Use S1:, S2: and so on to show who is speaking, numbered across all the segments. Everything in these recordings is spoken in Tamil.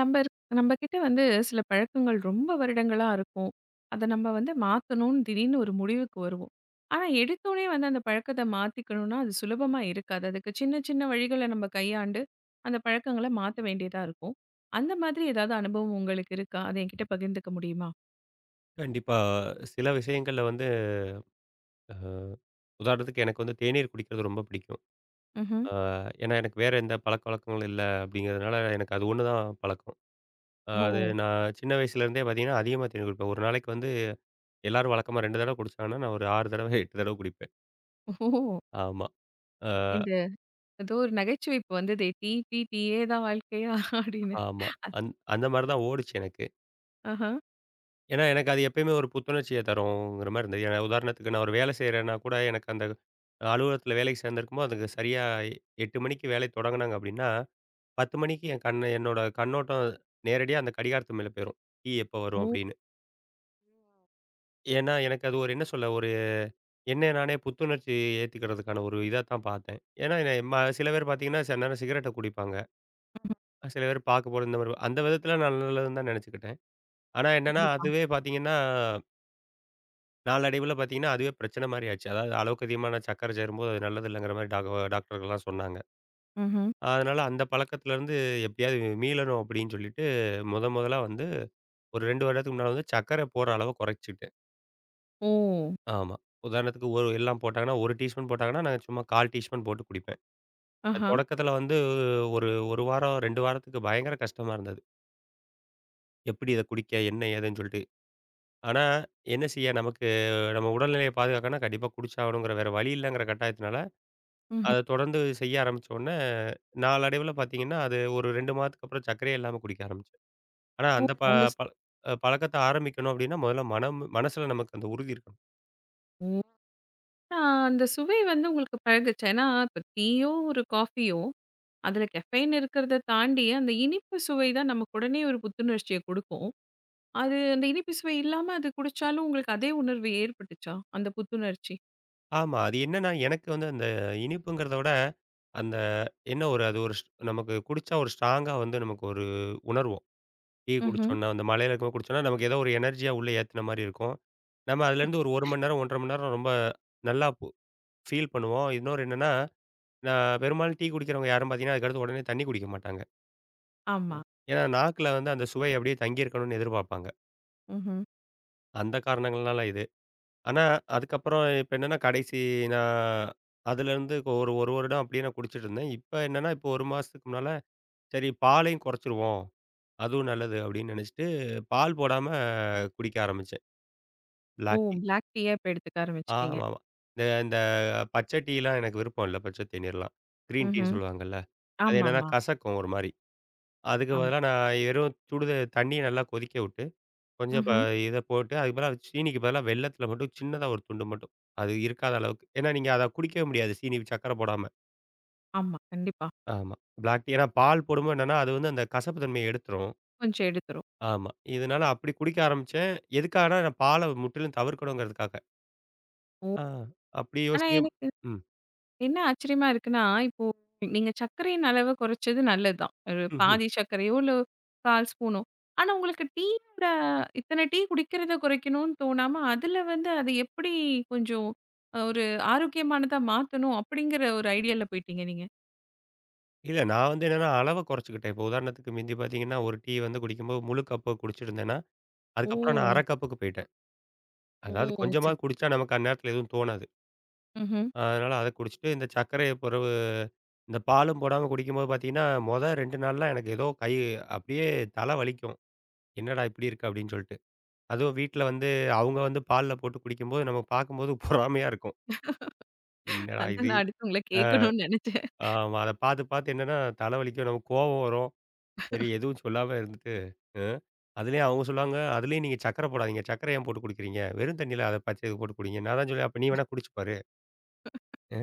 S1: நம்ம இருக் நம்மகிட்ட வந்து சில பழக்கங்கள் ரொம்ப வருடங்களா இருக்கும். அத நம்ம வந்து மாத்தணும்னு திடீர்னு ஒரு முடிவுக்கு வருவோம். ஆனா, எடுத்தோனே வந்து அந்த பழக்கத்த மாத்திக்கணும்னா, அது சுலபமா இருக்காது. அதுக்கு சின்ன சின்ன வழிகள நம்ம கையாண்டு, அந்த பழக்கங்கள மாத்த வேண்டியதா இருக்கும். அந்த மாதிரி ஏதாவது அனுபவம் உங்களுக்கு இருக்கா? அத என்கிட்ட பகிர்ந்துக்க முடியுமா?
S2: கண்டிப்பா. சில விஷயங்கள்ல வந்து அ உதாரணத்துக்கு எனக்கு வந்து தேநீர் குடிக்கிறது ரொம்ப பிடிக்கும்.
S1: ம்ஹ்ம்.
S2: அ ஏன்னா எனக்கு வேற எந்த பழக்கவழக்கங்களும் இல்ல அப்படிங்கிறதுனால, எனக்கு அது ஒண்ணு தான் பழக்கம். அது
S1: ஓ!
S2: நான் சின்ன வயசுலேருந்தே பார்த்தீங்கன்னா, அதிகமா தேநீர் குடிப்பேன். ஒரு நாளைக்கு வந்து எல்லாரும் வழக்கமா 2 தடவ குடிச்சாங்கன்னா, நான் ஒரு 6 தடவ, 8 தடவ குடிப்பேன்.
S1: ஓ!
S2: ஆமா. அ
S1: இந்த ஏதோ ஒரு நகைச்சுவைப்பு வந்ததே, "டீ, டீ, டீயே தான் வாழ்க்கையா?" அப்படின்னு.
S2: ஆமா. அந்த மாரி தான் ஓடுச்சு எனக்கு.
S1: ஆஹா.
S2: ஏன்னா எனக்கு அது எப்பயுமே ஒரு புத்துணர்ச்சிய தரும்ங்கிற மாரி இருந்தது. ஏன்னா உதாரணத்துக்கு நான் ஒரு வேலை செய்றேன்னா கூட, எனக்கு அந்த அலுவலகத்தில வேலைக்கு சேர்ந்திருக்கும்போது, அதுக்கு சரியா 8 மணிக்கு வேலை தொடங்குனாங்க அப்படின்னா 10 மணிக்கு என் கண்ணு என்னோட கண்ணோட்டம் நேரடியா அந்த கடிகாரத்து மேல போயிரும். டீ எப்ப வரும்
S1: ஓ!
S2: அப்படின்னு. ஏன்னா, எனக்கு அது ஒரு என்ன சொல்ல ஒரு என்னைய நானே புத்துணர்ச்சி ஏத்திக்கிறதுக்கான ஒரு இதா தான் பார்த்தேன். ஏன்னா, என்ன சில பேர் பார்த்தீங்கன்னா, சில நேரம் சிகரெட்ட குடிப்பாங்க.
S1: ம்ஹ்ம்.
S2: சில பேர் பார்க்க போறது இந்த மாரி அந்த விதத்தில நான் நல்லதுன்னு தான் நினச்சுக்கிட்டேன். ஆனா என்னன்னா,
S1: கண்டிப்பா.
S2: அதுவே பார்த்தீங்கன்னா, நாளடைவில பார்த்தீங்கன்னா, அதுவே பிரச்சனை மாரி ஆச்சு. அதாவது அளவுக்கு அதிகமான சர்க்கரை சேரும்போது அது நல்லது இல்லங்கிற மாரி டாக்டர்கள்லாம் சொன்னாங்க.
S1: ம்ஹ்ம்.
S2: அதனால அந்த பழக்கத்திலருந்து எப்படியாவது மீளணும் அப்படின்னு சொல்லிட்டு, முதலா வந்து ஒரு 2 வருடத்துக்கு முன்னால வந்து சர்க்கரை போடுற அளவ குறைச்சுக்கிட்டேன்.
S1: ஓ!
S2: ஆமா. உதாரணத்துக்கு ஒரு எல்லாம் போட்டாங்கன்னா, 1 டீஸ்பூன் போட்டாங்கன்னா, நான் சும்மா 1/4 டீஸ்பூன் போட்டு குடிப்பேன். அது
S1: ஆஹா.
S2: தொடக்கத்தில வந்து ஒரு 1 வாரம், 2 வாரத்துக்கு பயங்கர கஷ்டமா இருந்தது. எப்படி இத குடிக்க? என்ன? ஏதுன்னு சொல்லிட்டு. ஆனா என்ன செய்ய? நமக்கு நம்ம உடல்நிலைய பாதுகாக்கன்னா கண்டிப்பா குடிச்சாகணுங்கிற வேற வழி இல்லங்கிற கட்டாயத்தினால,
S1: ம்ஹ்ம்.
S2: அத தொடர்ந்து செய்ய ஆரம்பிச்ச உடனே, நாளடைவில பார்த்தீங்கன்னா, அது ஒரு 2 மாதத்துக்கு அப்புறம் சர்க்கரையே இல்லாம குடிக்க ஆரம்பிச்சேன். ஆனா
S1: ஓ!
S2: அந்த ப
S1: அந்த ஸ்
S2: பழ பழக்கத்த ஆரம்பிக்கணும் அப்படின்னா, முதல்ல மனசுல நமக்கு அந்த உறுதி இருக்கணும்.
S1: ஓ! ஆ அந்த சுவை வந்து உங்களுக்கு பழகுச்சா? ஏன்னா, இப்ப டீயோ, ஒரு காஃபியோ, அதுல கெஃபைன் இருக்கிறத தாண்டி, அந்த இனிப்பு சுவை தான் நமக்கு உடனே ஒரு புத்துணர்ச்சிய குடுக்கும். அது அந்த இனிப்பு சுவை இல்லாம அது குடிச்சாலும் உங்களுக்கு அதே உணர்வு ஏற்பட்டுச்சா? அந்த புத்துணர்ச்சி?
S2: ஆமா. அது என்னன்னா, எனக்கு வந்து அந்த இனிப்புங்கிறத விட, அந்த என்ன ஒரு அது ஒரு ஸ் நமக்கு குடிச்சா ஒரு ஸ்ட்ராங்கா வந்து நமக்கு ஒரு உணர்வோம். டீ
S1: ம்ஹ்ம்.
S2: குடிச்சோம்ன்னா, அந்த மழையில இருக்கும்போது குடிச்சோம்ன்னா, நமக்கு ஏதோ ஒரு எனர்ஜியா உள்ள ஏத்துன மாரி இருக்கும். நம்ம அதுலேருந்து ஒரு 1 மணி நேரம், 1 1/2 மணி நேரம் ரொம்ப நல்லா ஃபீல் பண்ணுவோம். இன்னொரு என்னன்னா, நான் பெரும்பாலும் டீ குடிக்கிறவங்க யாரும் பார்த்தீங்கன்னா, அதுக்கடுத்து உடனே தண்ணி குடிக்க மாட்டாங்க.
S1: ஆமா.
S2: ஏன்னா, நாக்குல வந்து அந்த சுவை அப்படியே தங்கியிருக்கணும்னு எதிர்பார்ப்பாங்க.
S1: ம்ஹ்ம்.
S2: அந்த காரணங்கள்னால இது. ஆனா, அதுக்கப்புறம் இப்ப என்னன்னா, கடைசி நான் அதுலேருந்து ஒரு 1 வருடம் அப்படியே நான் குடிச்சிட்டுருந்தேன். இப்ப என்னன்னா, இப்போ 1 மாசத்துக்கு முன்னால, "சரி பாலையும் குறைச்சிருவோம். அதுவும் நல்லது." அப்படின்னு நெனைச்சிட்டு, பால் போடாம குடிக்க ஆரம்பிச்சேன்.
S1: ஓ!
S2: Black tea.
S1: பிளாக் டீயா இப்ப எடுத்துக்க ஆரம்பிச்சுட்டீங்க.
S2: ஆமாமா. இந்த இந்த பச்சை டீலாம் எனக்கு விருப்பம் இல்ல. பச்சை தேநீர்லாம். கிரீன் டீன்னு
S1: ம்ஹ்ம்.
S2: சொல்லுவாங்கல்ல. அது என்னன்னா
S1: ஆமாமா.
S2: கசக்கும் ஒரு மாரி. அதுக்கு
S1: ஆமா.
S2: பதிலா நான் வெறும் சுடுத தண்ணிய நல்லா கொதிக்க விட்டு கொஞ்சம்
S1: ம்ஹ்ம்.
S2: இத போட்டு அதுக்கு பதிலா சீனிக்கு பதிலா வெல்லத்தில மட்டும் சின்னதா ஒரு துண்டு மட்டும். அது இருக்காத அளவுக்கு. ஏன்னா நீங்க அத குடிக்கவே முடியாது சீனி, சர்க்கரை போடாம.
S1: ஆமா. கண்டிப்பா.
S2: ஆமா. பிளாக் டீ ஏன்னா பால் போடும்போது என்னன்னா, அது வந்து அந்த கசப்பு தன்மைய எடுத்துரும்.
S1: கொஞ்சம் எடுத்துரும்.
S2: ஆமா. இதனால அப்படி குடிக்க ஆரம்பிச்சேன். எதுக்காகன்னா நான் பால முற்றிலும் தவிர்க்கணுங்கிறதுக்காக.
S1: ஓ!
S2: ஆ அப்படி
S1: ஆனா
S2: யோசிக்கும்
S1: எனக்கு
S2: ம்.
S1: என்ன ஆச்சரியமா இருக்குன்னா, இப்போ நீங்க சர்க்கரையின் அளவ குறைச்சது நல்லது தான். ஒரு
S2: ம்ஹ்ம்.
S1: பாதி சர்க்கரையோ, இல்ல 1/4 ஸ்பூனோ. ஆனா உங்களுக்கு டீயோட இத்தன டீ குடிக்கிறத குறைக்கணும்னு தோணாம, அதுல வந்து அது எப்படி கொஞ்சம் ஒரு ஆரோக்கியமானதா மாத்தணும் அப்படிங்கிற ஒரு ஐடியால போயிட்டீங்க நீங்க.
S2: இல்ல நான் வந்து என்னன்னா அளவ குறைச்சுக்கிட்டேன். இப்போ உதாரணத்துக்கு மிந்தி பார்த்தீங்கன்னா, ஒரு டீ வந்து குடிக்கும்போது முழு கப்பு குடிச்சிருந்தேன்னா, அதுக்கப்புறம் நான்
S1: ஓ!
S2: 1/2 கப்புக்கு போயிட்டேன்.
S1: ஓ!
S2: அதாவது கொஞ்சமா
S1: சரி.
S2: குடிச்சா நமக்கு அந்நேரத்தில எதுவும் தோணாது.
S1: ம்ஹ்ம்.
S2: அதனால அத குடிச்சுட்டு இந்த சர்க்கரைய பொறு இந்த பாலும் போடாம குடிக்கும்போது பார்த்தீங்கன்னா, மொத 2 நாள்லாம் எனக்கு ஏதோ அப்படியே தலை வலிக்கும். என்னடா இப்படி இருக்கு அப்படின்னு சொல்லிட்டு. அதுவும் வீட்ல வந்து அவங்க வந்து பால்ல போட்டு குடிக்கும்போது நம்ம பார்க்கும்போது பொறாமையா இருக்கும். என்னடா
S1: அதான்
S2: இது?
S1: நான் அடுத்து உங்கள
S2: அ
S1: கேட்கணும்னு நெனச்சேன்.
S2: ஆமா. அத பார்த்து பார்த்து என்னன்னா தலை வலிக்கும். நமக்கு கோவம் வரும். சரி எதுவும் சொல்லாம இருந்துட்டு அ அதுலயும் அவங்க சொல்லுவாங்க, "அதுலயும் நீங்க சர்க்கரை போடாதீங்க. சர்க்கரை ஏன் போட்டு குடிக்கிறீங்க? வெறும் தண்ணியில அத பச்ச இது போட்டு குடிங்க." நான் தான் சொல்லுவேன், "அப்ப நீ வேணா குடிச்சு பாரு." அ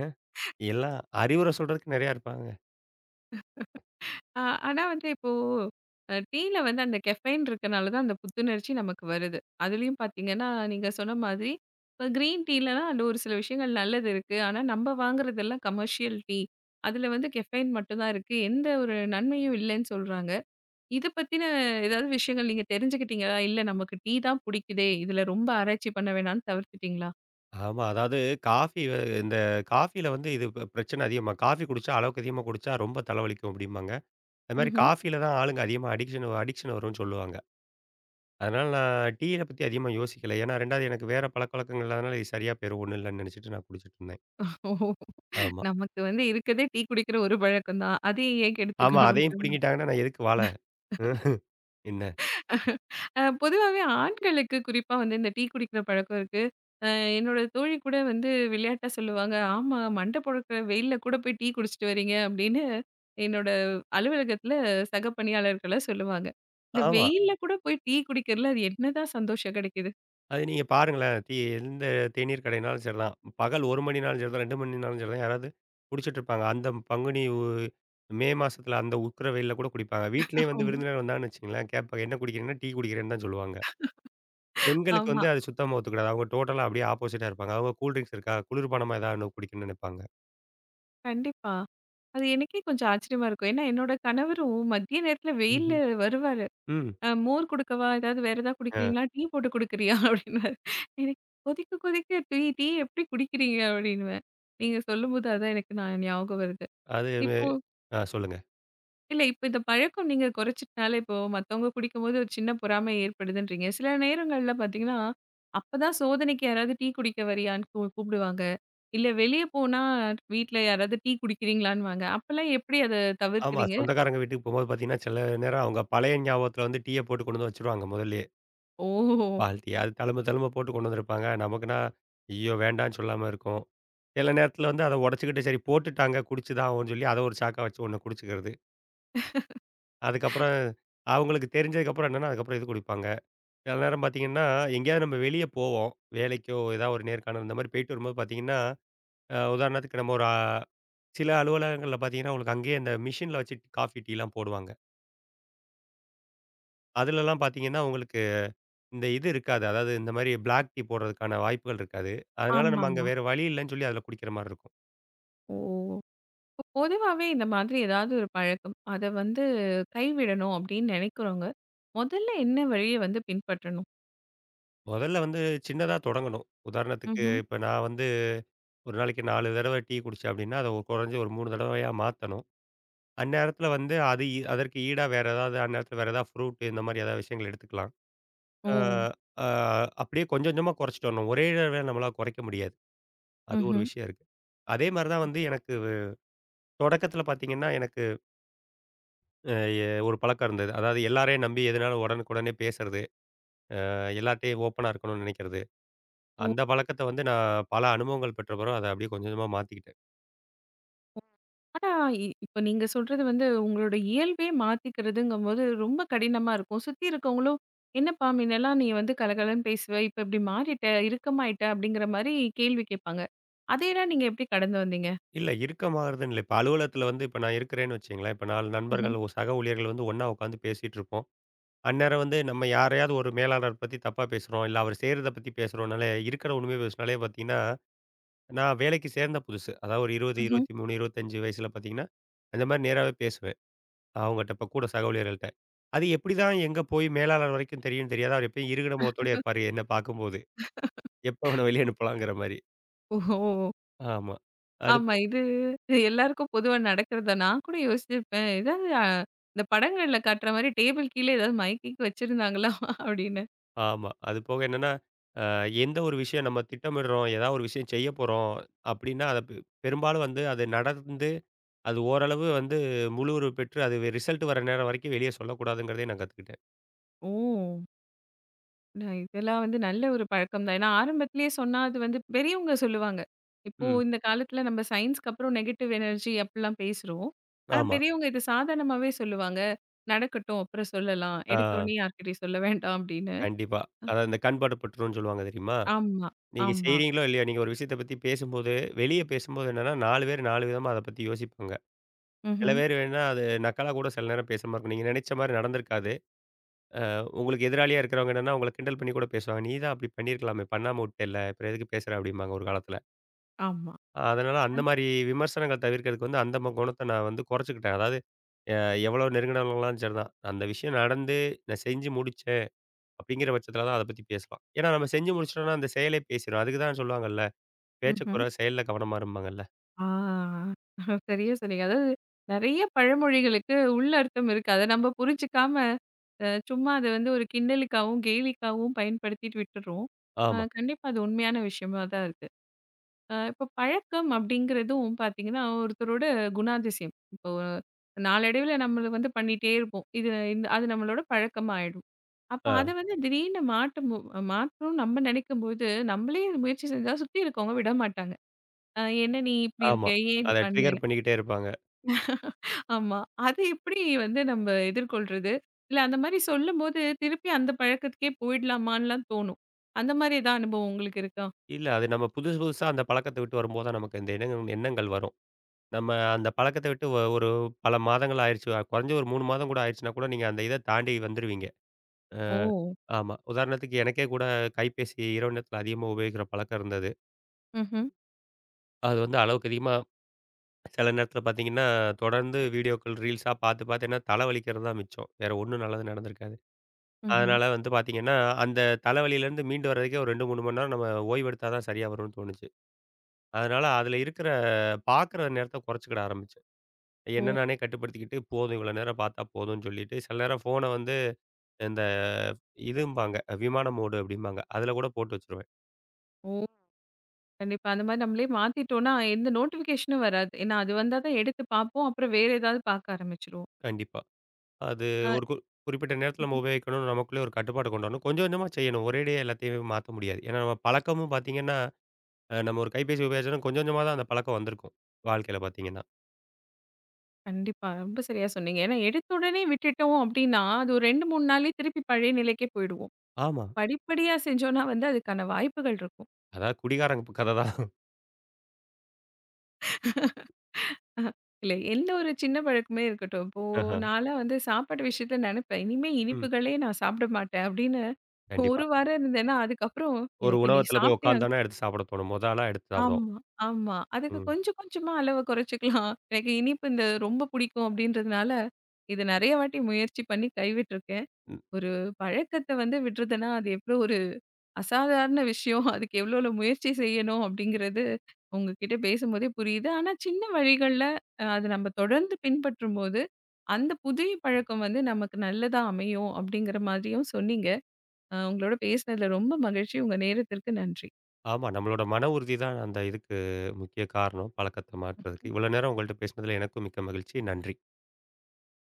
S2: எல்லாம் அறிவுரை சொல்றதுக்கு நெறையா இருப்பாங்க.
S1: ஆ, ஆனா வந்து இப்போ டீல வந்து அந்த கெஃபைன் இருக்கனால தான் அந்த புத்துணர்ச்சி நமக்கு வருது. அதுலயும் பார்த்தீங்கன்னா, நீங்க சொன்ன மாதிரி இப்ப கிரீன் டீலலாம் அதில ஒரு சில விஷயங்கள் நல்லது இருக்கு. ஆனா நம்ம வாங்குறதெல்லாம் கமர்ஷியல் டீ. அதில வந்து கெஃபைன் மட்டும் தான் இருக்கு. எந்த ஒரு நன்மையும் இல்லன்னு சொல்றாங்க. இத பத்தின ஏதாவது விஷயங்கள் நீங்க தெரிஞ்சுக்கிட்டீங்களா? இல்ல நமக்கு டீ தான் புடிக்குதே! இதுல ரொம்ப ஆராய்ச்சி பண்ண வேணான்னு தவிர்த்துட்டீங்களா?
S2: ஆமா. அதாவது காஃபி வ இந்த காஃபியில வந்து இது பிரச்சனை அதிகமா. காஃபி குடிச்சா அளவுக்கு அதிகமா குடிச்சா ரொம்ப தலைவலிக்கும் அப்டிம்பாங்க. அது மாரி
S1: ம்ஹ்ம்.
S2: காஃபியில தான் ஆளுங்க அதிகமா அடிக்ஷன் அடிக்ஷன் வரும்னு சொல்லுவாங்க. அதனால நான் டீய பத்தி அதிகமா யோசிக்கல. ஏன்னா 2வது எனக்கு வேற பழக்கவழக்கங்கள் இல்லாதனால இது சரியா போயிரும் ஒண்ணும் இல்லன்னு நெனச்சுட்டு நான் குடிச்சிட்டு இருந்தேன்.
S1: ஓ!
S2: ஆமா.
S1: நமக்கு வந்து இருக்கதே டீ குடிக்கிற ஒரு பழக்கம் தான். அதையும் ஏன்
S2: ஆமா.
S1: கெடுத்துக்கணுங்கிற
S2: அதையும் பிடுங்கிட்டாங்கன்னா நான் எதுக்கு வாழ? என்ன?
S1: பொதுவாவே ஆண்களுக்கு குறிப்பா வந்து இந்த டீ குடிக்கிற பழக்கம் இருக்கு. அ என்னோட தோழி கூட வந்து விளையாட்டா சொல்லுவாங்க, "ஆமா மண்ட பொழக்கிற வெயில்ல கூட போய் டீ குடிச்சிட்டு வரீங்க" அப்படின்னு என்னோட அலுவலகத்தில சக பணியாளர்கள்லாம் சொல்லுவாங்க. இந்த
S2: ஆமா.
S1: வெயில்ல கூட போய் டீ குடிக்கிறதுல அது என்னதான் சந்தோஷம் கிடைக்குது?
S2: அது நீங்க பாருங்களேன். எந்த தேநீர் கடைனாலும் சரிதான். பகல் 1 மணினாலும் சரிதான், 2 மணினாலும் சரிதான். யாராவது குடிச்சிட்டு இருப்பாங்க. அந்த பங்குனி உ மே மாசத்துல அந்த உக்கிர வெயில்ல கூட குடிப்பாங்க. வீட்லயே வந்து
S1: ஆமா.
S2: விருந்தினர் வந்தாங்கன்னு வச்சுக்கங்களேன், கேட்பாங்க. "என்ன குடிக்கிறீங்கன்னா?" "டீ குடிக்கிறேன்னு" தான் சொல்லுவாங்க. பெண்களுக்கு வந்து
S1: ஆமா.
S2: அது சுத்தமா ஒத்துக்கிடாது. அவங்க டோட்டலா அப்படியே ஆப்போசிட்டா இருப்பாங்க. அவங்க கூல் ட்ரிங்க்ஸ் இருக்கா? குளிர்பானமா ஏதாவது 1 குடிக்கணும்னு நெனைப்பாங்க.
S1: கண்டிப்பா. அது எனக்கே கொஞ்சம் ஆச்சரியமா இருக்கும். ஏன்னா என்னோட கணவரும் மதிய நேரத்தில வெயில்ல
S2: ம்ஹ்ம்.
S1: வருவாரு.
S2: ம்.
S1: மோர் குடுக்கவா? ஏதாவது வேற ஏதாவது
S2: அ
S1: குடிக்கிறீங்களா? டீ போட்டு குடுக்குறியா? அப்படின்பாரு. எனக்கு கொதிக்க கொதிக்க டீ டீ எப்படி குடிக்கிறீங்க? அப்படின்னுவேன். நீங்க சொல்லும்போது அதான் எனக்கு நான் ஞாபகம் வருது.
S2: அது வே
S1: இப்போ
S2: ஆ சொல்லுங்க.
S1: இல்ல இப்ப இந்த பழக்கம் நீங்க குறைச்சிட்டனால, இப்போ மத்தவங்க குடிக்கும்போது ஒரு சின்ன பொறாமை ஏற்படுதுன்றீங்க. சில நேரங்கள்ல பார்த்தீங்கன்னா, அப்பதான் சோதனைக்கு யாராவது டீ குடிக்க வரியான்னு கூப்பிடுவாங்க. இல்ல வெளிய போனா வீட்ல யாராவது டீ குடிக்கிறீங்களான்னுவாங்க. அப்பலாம் எப்படி அத
S2: ஆமா.
S1: தவிர்க்கிறீங்க?
S2: சொந்தக்காரங்க வீட்டுக்கு போம்போது பார்த்தீங்கன்னா, சில நேரம் அவங்க பழைய ஞாபகத்துல வந்து டீய போட்டு கொண்டு வந்து வச்சுருவாங்க முதல்லே.
S1: ஓ!
S2: பால்ட்டி. அது தழும்ப தழும்ப போட்டு கொண்டு வந்திருப்பாங்க. நமக்குன்னா, ஐயோ! வேண்டான்னு சொல்லாம இருக்கும். சில நேரத்தில வந்து அத உடைச்சுக்கிட்டு சரி போட்டுட்டாங்க, குடிச்சு தான் ஆவோன்னு சொல்லி, அத ஒரு சாக்கா வச்சு ஒண்ண குடிச்சுக்கிறது. அதுக்கப்புறம் அவங்களுக்கு தெரிஞ்சதுக்கப்புறம் என்னன்னா, அதுக்கப்புறம் இது குடிப்பாங்க. சில நேரம் பார்த்தீங்கன்னா, எங்கேயாவது நம்ம வெளிய போவோம். வேலைக்கோ, ஏதாவது ஒரு நேர்காணல் இந்த மாரி போயிட்டு வரும்போது பார்த்தீங்கன்னா, உதாரணத்துக்கு நம்ம ஒரு சில அலுவலகங்கள்ல பார்த்தீங்கன்னா, உங்களுக்கு அங்கேயே இந்த மிஷின்ல வச்சு காஃபி, டீலாம் போடுவாங்க. அதுலலாம் பார்த்தீங்கன்னா, உங்களுக்கு இந்த இது இருக்காது. அதாவது இந்த மாரி பிளாக் டீ போடுறதுக்கான வாய்ப்புகள் இருக்காது. அதனால நம்ம அங்க
S1: ஆமாமா.
S2: வேற வழி இல்லன்னு சொல்லி அதில குடிக்கிற மாரி இருக்கும்.
S1: ஓ! பொதுவாவே இந்த மாதிரி ஏதாவது ஒரு பழக்கம், அத வந்து கைவிடணும் அப்படின்னு நினைக்கிறவங்க, முதல்ல என்ன வழிய வந்து பின்பற்றணும்?
S2: முதல்ல வந்து சின்னதா தொடங்கணும். உதாரணத்துக்கு
S1: ம்ஹ்ம்.
S2: இப்ப நான் வந்து ஒரு நாளைக்கு 4 தடவ டீ குடிச்சேன் அப்டின்னா, அத குறைஞ்சு ஒரு 3 தடவையா மாத்தணும். அந்நேரத்தில வந்து அது இ அதற்கு ஈடா வேற ஏதாவது அந்நேரத்தில வேற ஏதாவது ஃப்ரூட் இந்த மாரி ஏதாவது விஷயங்கள் எடுத்துக்கலாம்.
S1: ஓ!
S2: ஆ, ஆ அப்டியே கொஞ்சம் கொஞ்சமா குறைச்சுட்டு வரணும். ஒரே தடவையா நம்மளால குறைக்க முடியாது. அது ஒரு
S1: ம்ஹ்ம்.
S2: விஷயம் இருக்கு. அதே மாரி தான் வந்து எனக்கு தொடக்கத்தில பார்த்தீங்கன்னா, எனக்கு அ எ ஒரு பழக்கம் இருந்தது. அதாவது எல்லாரையும் நம்பி எதுனாலும் உடனுக்குடனே பேசுறது, எல்லார்ட்டயும் ஓப்பனா இருக்கணும்னு நினைக்கிறது.
S1: ஓ!
S2: அந்த பழக்கத்த வந்து நான் பல அனுபவங்கள் பெற்ற பிறகு அத அப்படியே கொஞ்சம் கொஞ்சமா மாத்திக்கிட்டேன்.
S1: ஆனா, இப்ப நீங்க சொல்றது வந்து உங்களோட இயல்பே மாத்திக்கிறதுங்கும்போது ரொம்ப கடினமா இருக்கும். சுத்தி இருக்கவங்களும், "என்னப்பா முன்னெல்லாம் நீ வந்து கலகலன்னு பேசுவ, இப்ப இப்படி மாறிட்ட, இறுக்கமாயிட்ட" அப்படிங்கிற மாரி கேள்வி கேட்பாங்க. அதையெல்லாம் நீங்க எப்படி கடந்து வந்தீங்க?
S2: இல்ல இறுக்கமாகறதுன்னு இல்ல. இப்ப அலுவலகத்துல வந்து இப்ப நான் இருக்கிறேன்னு வச்சுக்கங்களேன், இப்ப 4 நண்பர்கள்,
S1: ம்ஹ்ம்.
S2: ஒரு சக ஊழியர்கள் வந்து ஒண்ணா உட்காந்து பேசிட்டு இருப்போம். அந்நேரம் வந்து நம்ம யாரையாவது ஒரு மேலாளர் பத்தி தப்பா பேசுறோம், இல்ல அவர் செய்றத பத்தி பேசுறோம்னாலே இருக்கிற உண்மைய பேசுனாலே பார்த்தீங்கன்னா, நான் வேலைக்கு சேர்ந்த புதுசு. அதாவது ஒரு 20,
S1: ம்ஹ்ம்.
S2: 23, 25 வயசுல பார்த்தீங்கன்னா, அந்த மாரி நேராவே பேசுவேன். அவங்கட்ட இப்ப கூட சக ஊழியர்கள்ட்ட. அது எப்படிதான் எங்க போய் மேலாளர் வரைக்கும் தெரியும்னு தெரியாது. அவர் எப்பயும் இறுகின முகத்தோடயே இருப்பாரு என்ன பார்க்கும்போது. எப்ப அவன வெளிய அனுப்பலாங்கிற மாரி.
S1: ஓஹோ!
S2: ஆமா. அது
S1: ஆமா.
S2: போ
S1: இது இது எல்லாருக்கும் பொதுவா நடக்கிறது தான். நான் கூட யோசிச்சிருப்பேன். ஏதாவது இந்த படங்கள்ல காட்டுற மாரி டேபிள் கீழ ஏதாவது மைக்கிக்கு வச்சிருந்தாங்களா? அப்படின்னு.
S2: ஆமா. அது போக என்னன்னா, அ எந்த ஒரு விஷயம் நம்ம திட்டமிடுறோம், ஏதாவது ஒரு விஷயம் செய்ய போறோம் அப்படின்னா, அத பெ பெரும்பாலும் வந்து அது நடந்து, அது ஓரளவு வந்து முழு உருவு பெற்று அது ரிசல்ட் வர நேரம் வரைக்கும் வெளிய சொல்லக்கூடாதுங்கிறதையும் நான் கத்துக்கிட்டேன்.
S1: ஓ! நான் இதெல்லாம் வந்து நல்ல ஒரு பழக்கம் தான். ஏன்னா ஆரம்பத்திலேயே சொன்னா அது வந்து பெரியவங்க சொல்லுவாங்க. இப்போ
S2: ம்.
S1: இந்த காலத்துல நம்ம சயின்ஸ்க்கு அப்புறம் நெகட்டிவ் எனர்ஜி அப்படிலாம் பேசுறோம். ஆனா
S2: ஆமா.
S1: பெரியவங்க இது சாதாரணமாவே சொல்லுவாங்க. நடக்கட்டும் அப்புறம் சொல்லலாம்.
S2: ஆ
S1: எடுத்த உடனே யார்கிட்டயும் சொல்ல வேண்டாம் அப்படின்னு.
S2: கண்டிப்பா. அதான் இந்த கண் படப்பட்டுரும்னு சொல்லுவாங்க தெரியுமா?
S1: ஆமா,
S2: நீங்க
S1: ஆமா.
S2: செய்றீங்களோ இல்லையோ, நீங்க ஒரு விஷயத்த பத்தி பேசும்போது, வெளிய பேசும்போது என்னன்னா 4 பேர் 4 விதமா அத பத்தி யோசிப்பாங்க. சில
S1: ம்ஹ்ம்.
S2: பேர் வேணா அது நக்கலா கூட சில நேரம் பேசாம இருக்கும். நீங்க நினைச்ச மாரி நடந்திருக்காது. உங்களுக்கு எதிராளியா இருக்கிறவங்க என்னன்னா, உங்கள கிண்டல் பண்ணி கூட பேசுவாங்க. "நீ தான் அப்படி பண்ணியிருக்கலாமே, பண்ணாம விட்டல்ல. அப்புறம் எதுக்கு பேசுற?" அப்படிம்பாங்க ஒரு காலத்துல.
S1: ஆமா.
S2: அதனால அந்த மாரி விமர்சனங்கள் தவிர்க்கிறதுக்கு வந்து அந்த குணத்த நான் வந்து குறைச்சுக்கிட்டேன். அதாவது எ எவ்வளோ நெருங்குனவங்களாலும் சரிதான். அந்த விஷயம் நடந்து, நான் செஞ்சு முடிச்சேன் அப்படிங்கிற பட்சத்துல தான் அத பத்தி பேசலாம். ஏன்னா நம்ம செஞ்சு முடிச்சுட்டோம்னா, அந்த செயலே பேசிரும். அதுக்கு தான் சொல்லுவாங்கல்ல, "பேச்ச
S1: ம்ஹ்ம்.
S2: குறை, செயல்ல கவனமா" இரும்பாங்கல்ல.
S1: ஆ சரியா சொன்னீங்க. அதாவது நெறைய பழமொழிகளுக்கு உள்ள அர்த்தம் இருக்கு. அத நம்ம புரிஞ்சுக்காம சும்மா அத வந்து ஒரு கிண்டலுக்காவும், கேலிக்காவும் பயன்படுத்திட்டு விட்டுர்றோம்.
S2: ஆமா.
S1: கண்டிப்பா அது உண்மையான விஷயமா தான் இருக்கு. இப்ப பழக்கம் அப்படிங்கிறதும் பார்த்தீங்கன்னா, ஒருத்தரோட குணாதிசயம். இப்போ நாளடைவில நம்மள வந்து பண்ணிட்டே இருப்போம். இந்த அது நம்மளோட பழக்கமா ஆயிடும். அப்ப
S2: ஆ,
S1: அத வந்து திடீர்னு மாற்றணும்னு நம்ம நெனைக்கும்போது, நம்மளே முயற்சி செஞ்சா சுத்தி இருக்கவங்க விட மாட்டாங்க. "என்ன நீ இப்படி
S2: ஆமா.
S1: இருக்க? ஏன் இது
S2: அத ட்ரிகர்
S1: பண்ணேன்னு?"
S2: பண்ணிக்கிட்டே இருப்பாங்க.
S1: ஆமா. அது எப்படி வந்து நம்ம எதிர்கொள்றது? இல்ல அந்த மாரி சொல்லும்போது, திருப்பி அந்த பழக்கத்துக்கே போயிடலாமான்லாம் தோணும். அந்த மாரி ஏதாவது அனுபவம் உங்களுக்கு இருக்கா?
S2: இல்ல அது நம்ம புதுசு புதுசா அந்த பழக்கத்த விட்டு வரும்போது தான் நமக்கு இந்த எண்ணங்கள் எண்ணங்கள் வரும். நம்ம அந்த பழக்கத்த விட்டு ஒரு பல மாதங்கள் ஆயிருச்சு. குறைஞ்சு ஒரு 3 மாதம் கூட ஆயிருச்சுன்னா கூட நீங்க அந்த இத தாண்டி வந்துருவீங்க.
S1: ஓ!
S2: ஆமா. உதாரணத்துக்கு எனக்கே கூட கைபேசி இரவு நேரத்தில அதிகமா உபயோகிக்கிற பழக்கம் இருந்தது.
S1: ம்ஹ்ம்.
S2: அது வந்து அளவுக்கு அதிகமா சில நேரத்தில பார்த்தீங்கன்னா, தொடர்ந்து வீடியோக்கள் ரீல்ஸா பார்த்து பார்த்து என்ன தலை வலிக்கிறது தான் மிச்சம். வேற ஒண்ணும் நல்லது நடந்திருக்காது.
S1: ம்ஹ்ம்.
S2: அதனால வந்து பார்த்தீங்கன்னா, அந்த தலைவலியிலேருந்து மீண்டு வர்றதுக்கே ஒரு 2, 3 மணி நேரம் நம்ம ஓய்வெடுத்தா தான் சரியா வரும்னு தோணுச்சு. அதனால அதில இருக்கிற பார்க்குற நேரத்த குறைச்சுக்கிட ஆரம்பிச்சேன். என்ன
S1: ஓ!
S2: நானே கட்டுப்படுத்திக்கிட்டு போதும் இவ்வளோ நேரம் பார்த்தா போதும்ன்னு சொல்லிட்டு, சில நேரம் ஃபோன வந்து இந்த இதும்பாங்க விமான மோடு அப்படிம்பாங்க. அதில கூட போட்டு வச்சுருவேன்.
S1: ஓ! கண்டிப்பா. அந்த மாரி நம்மளே மாத்திட்டோம்னா, எந்த நோட்டிஃபிகேஷனும் வராது. ஏன்னா அது வந்தா தான் எடுத்து பார்ப்போம். அப்புறம் வேற ஏதாவது பார்க்க ஆரம்பிச்சுருவோம்.
S2: கண்டிப்பா. அது
S1: அ
S2: ஒரு குறிப்பிட்ட நேரத்தில நம்ம
S1: ம்ஹ்ம்.
S2: உபயோகிக்கணும்னு நமக்குள்ளே ஒரு கட்டுப்பாடு கொண்டு வரணும். கொஞ்சம் கொஞ்சமா செய்யணும். ஒரேடியா எல்லாத்தையுமே மாத்த முடியாது. ஏன்னா நம்ம பழக்கமும் பார்த்தீங்கன்னா, நம்ம ஒரு கைபேசி உபயோகிச்சோம்னா கொஞ்சம் கொஞ்சமா தான் அந்த பழக்கம் வந்திருக்கும். வாழ்க்கையில பார்த்தீங்கன்னா.
S1: கண்டிப்பா. ரொம்ப சரியா சொன்னீங்க. ஏன்னா எடுத்த உடனே விட்டுட்டோம் அப்படின்னா, அது ஒரு 2, 3 நாள்லயே திருப்பி பழைய நிலைக்கே போயிடுவோம்.
S2: ஆமா.
S1: படிப்படியா செஞ்சோம்னா வந்து அதுக்கான வாய்ப்புகள் இருக்கும்.
S2: அதாவது குடிகாரங்க கத தான்.
S1: அஹ, இல்ல எந்த ஒரு சின்ன பழக்கமே இருக்கட்டும். இப்போ
S2: ஆஹா.
S1: நான்லாம் வந்து சாப்பாட்டு விஷயத்துல நெனப்பேன். இனிமே
S2: ம்.
S1: இனிப்புகளே நான் சாப்பிட மாட்டேன் அப்படின்னு ஒரு
S2: கண்டிப்பா.
S1: வாரம் இருந்தேன்னா, அதுக்கப்புறம்
S2: ஒரு
S1: எனக்கு இன்னைக்கு
S2: உணவகத்தில போய்
S1: சாப்பிட்டே ஆக
S2: உட்காந்தோம்னா எடுத்து சாப்பிட தோணும். மொத ஆளா எடுத்து சாப்பிடுவோம்.
S1: ஆமா, ஆமா. அதுக்கு
S2: ம்.
S1: கொஞ்சம் கொஞ்சமா அளவ குறைச்சுக்கலாம். எனக்கு இனிப்பு இந்த ரொம்ப பிடிக்கும் அப்படின்றதுனால, இது நெறைய வாட்டி முயற்சி பண்ணி கைவிட்டுருக்கேன். ஒரு பழக்கத்த வந்து விடுறதுன்னா, அது எவ்ளோ அசாதாரண விஷயம். அதுக்கு எவ்வளோ எவ்வளோ முயற்சி செய்யணும் அப்படிங்கிறது உங்ககிட்ட பேசும்போதே புரியுது. ஆனா சின்ன வழிகள்ல அது நம்ம தொடர்ந்து பின்பற்றும்போது, அந்த புதிய பழக்கம் வந்து நமக்கு நல்லதா அமையும் அப்படிங்கிற மாதிரியும் சொன்னீங்க. உங்களோட பேசினதில ரொம்ப மகிழ்ச்சி. உங்க நேரத்திற்கு நன்றி.
S2: ஆமா. நம்மளோட மன உறுதி தான் அந்த இதுக்கு முக்கிய காரணம், பழக்கத்த மாற்றுறதுக்கு. இவ்வளோ நேரம் உங்கள்ட்ட பேசினதுல எனக்கும் மிக்க மகிழ்ச்சி. நன்றி.